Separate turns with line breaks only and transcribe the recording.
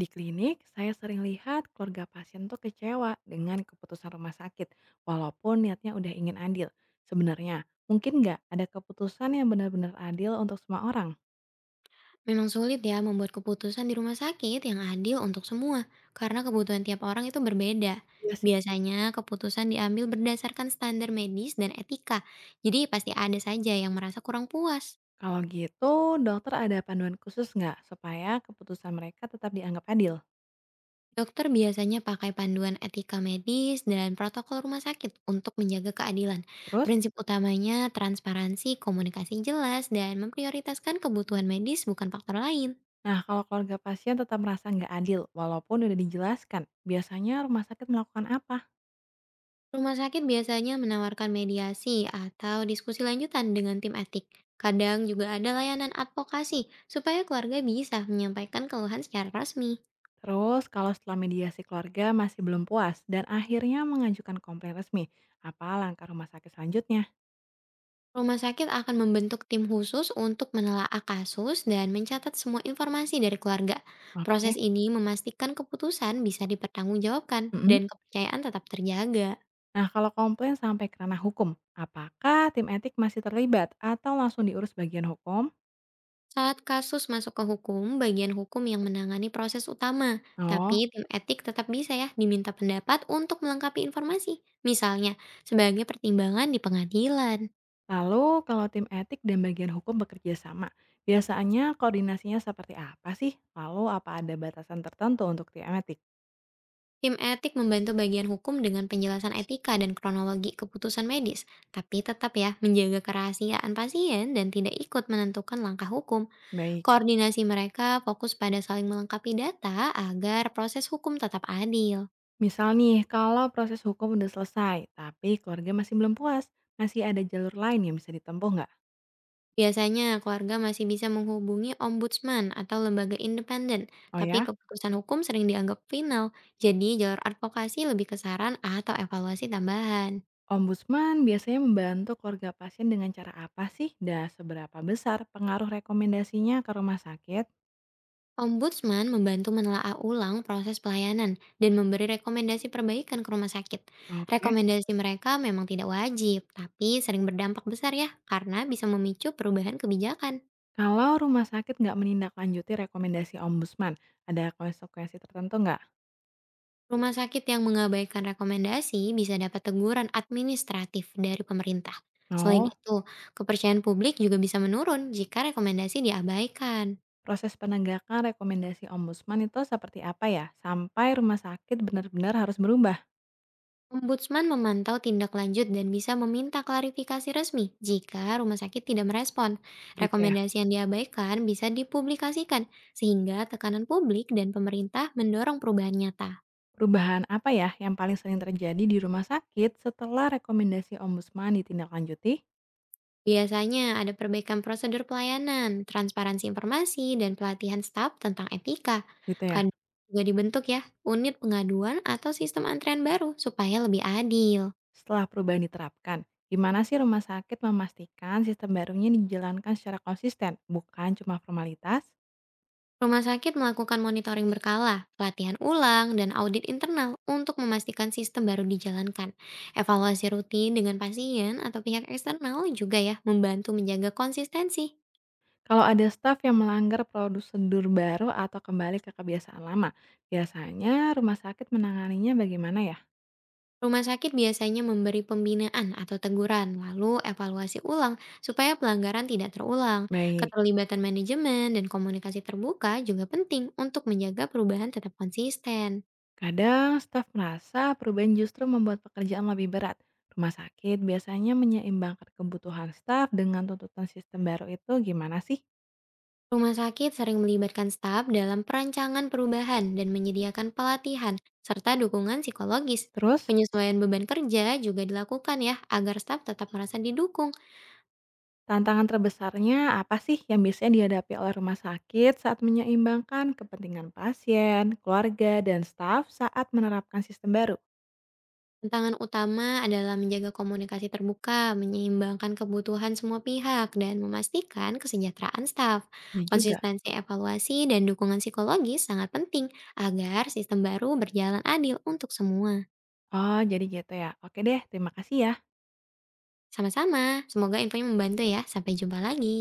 Di klinik, saya sering lihat keluarga pasien tuh kecewa dengan keputusan rumah sakit, walaupun niatnya udah ingin adil. Sebenarnya, mungkin nggak ada keputusan yang benar-benar adil untuk semua orang?
Memang sulit ya membuat keputusan di rumah sakit yang adil untuk semua, karena kebutuhan tiap orang itu berbeda.
Iya sih.
Biasanya keputusan diambil berdasarkan standar medis dan etika, jadi pasti ada saja yang merasa kurang puas.
Kalau gitu, dokter ada panduan khusus nggak supaya keputusan mereka tetap dianggap adil?
Dokter biasanya pakai panduan etika medis dan protokol rumah sakit untuk menjaga keadilan.
Terus,
Prinsip utamanya transparansi, komunikasi jelas, dan memprioritaskan kebutuhan medis bukan faktor lain.
nah, kalau keluarga pasien tetap merasa nggak adil, walaupun udah dijelaskan, biasanya rumah sakit melakukan apa?
Rumah sakit biasanya menawarkan mediasi atau diskusi lanjutan dengan tim etik. Kadang juga ada layanan advokasi supaya keluarga bisa menyampaikan keluhan secara resmi.
Terus kalau setelah mediasi keluarga masih belum puas dan akhirnya mengajukan komplain resmi, apa langkah rumah sakit selanjutnya?
Rumah sakit akan membentuk tim khusus untuk menelaah kasus dan mencatat semua informasi dari keluarga. Proses
Oke.
ini memastikan keputusan bisa dipertanggungjawabkan
Mm-mm.
dan kepercayaan tetap terjaga.
Nah kalau komplain sampai ke ranah hukum, apakah tim etik masih terlibat atau langsung diurus bagian hukum?
Saat kasus masuk ke hukum, bagian hukum yang menangani proses utama, tapi
Oh,
tim etik tetap bisa ya diminta pendapat untuk melengkapi informasi, misalnya sebagai pertimbangan di pengadilan.
lalu kalau tim etik dan bagian hukum bekerja sama, biasanya koordinasinya seperti apa sih? Lalu apa ada batasan tertentu untuk tim etik?
Tim etik membantu bagian hukum dengan penjelasan etika dan kronologi keputusan medis, tapi tetap ya menjaga kerahasiaan pasien dan tidak ikut menentukan langkah hukum.
Baik.
Koordinasi mereka fokus pada saling melengkapi data agar proses hukum tetap adil.
Misal nih, kalau proses hukum udah selesai, tapi keluarga masih belum puas, masih ada jalur lain yang bisa ditempuh nggak?
Biasanya, keluarga masih bisa menghubungi ombudsman atau lembaga independen,
Oh
tapi
ya,
keputusan hukum sering dianggap final, jadi jalur advokasi lebih ke saran atau evaluasi tambahan.
Ombudsman biasanya membantu keluarga pasien dengan cara apa sih? Dan seberapa besar pengaruh rekomendasinya ke rumah sakit?
Ombudsman membantu menelaah ulang proses pelayanan dan memberi rekomendasi perbaikan ke rumah sakit.
Oke.
Rekomendasi mereka memang tidak wajib, tapi sering berdampak besar ya, karena bisa memicu perubahan kebijakan.
Kalau rumah sakit nggak menindaklanjuti rekomendasi Ombudsman, ada konsekuensi tertentu nggak?
Rumah sakit yang mengabaikan rekomendasi bisa dapat teguran administratif dari pemerintah. Selain
Oh,
itu, kepercayaan publik juga bisa menurun jika rekomendasi diabaikan.
proses penegakan rekomendasi Ombudsman itu seperti apa ya? Sampai rumah sakit benar-benar harus berubah,
Ombudsman memantau tindak lanjut dan bisa meminta klarifikasi resmi jika rumah sakit tidak merespon.
gitu ya?
Rekomendasi yang diabaikan bisa dipublikasikan, sehingga tekanan publik dan pemerintah mendorong perubahan nyata.
Perubahan apa ya yang paling sering terjadi di rumah sakit setelah rekomendasi ombudsman ditindaklanjuti?
Biasanya ada perbaikan prosedur pelayanan, transparansi informasi, dan pelatihan staf tentang etika.
Gitu ya.
Kadang juga dibentuk ya, unit pengaduan atau sistem antrean baru supaya lebih adil.
Setelah perubahan diterapkan, gimana sih rumah sakit memastikan sistem barunya dijalankan secara konsisten, bukan cuma formalitas?
Rumah sakit melakukan monitoring berkala, pelatihan ulang, dan audit internal untuk memastikan sistem baru dijalankan. Evaluasi rutin dengan pasien atau pihak eksternal juga ya membantu menjaga konsistensi.
Kalau ada staf yang melanggar prosedur baru atau kembali ke kebiasaan lama, biasanya rumah sakit menanganinya bagaimana ya?
Rumah sakit biasanya memberi pembinaan atau teguran, lalu evaluasi ulang supaya pelanggaran tidak terulang.
Baik.
Keterlibatan manajemen dan komunikasi terbuka juga penting untuk menjaga perubahan tetap konsisten.
Kadang staf merasa perubahan justru membuat pekerjaan lebih berat. Rumah sakit biasanya menyeimbangkan kebutuhan staf dengan tuntutan sistem baru itu gimana sih?
Rumah sakit sering melibatkan staf dalam perancangan perubahan dan menyediakan pelatihan serta dukungan psikologis.
Terus,
Penyesuaian beban kerja juga dilakukan ya agar staf tetap merasa didukung.
tantangan terbesarnya apa sih yang biasanya dihadapi oleh rumah sakit saat menyeimbangkan kepentingan pasien, keluarga, dan staf saat menerapkan sistem baru?
Tantangan utama adalah menjaga komunikasi terbuka, menyeimbangkan kebutuhan semua pihak, dan memastikan kesejahteraan staf.
Ya juga.
Konsistensi evaluasi dan dukungan psikologis sangat penting agar sistem baru berjalan adil untuk semua.
Oh, jadi gitu ya. Oke deh, terima kasih ya.
Sama-sama, semoga infonya membantu ya. Sampai jumpa lagi.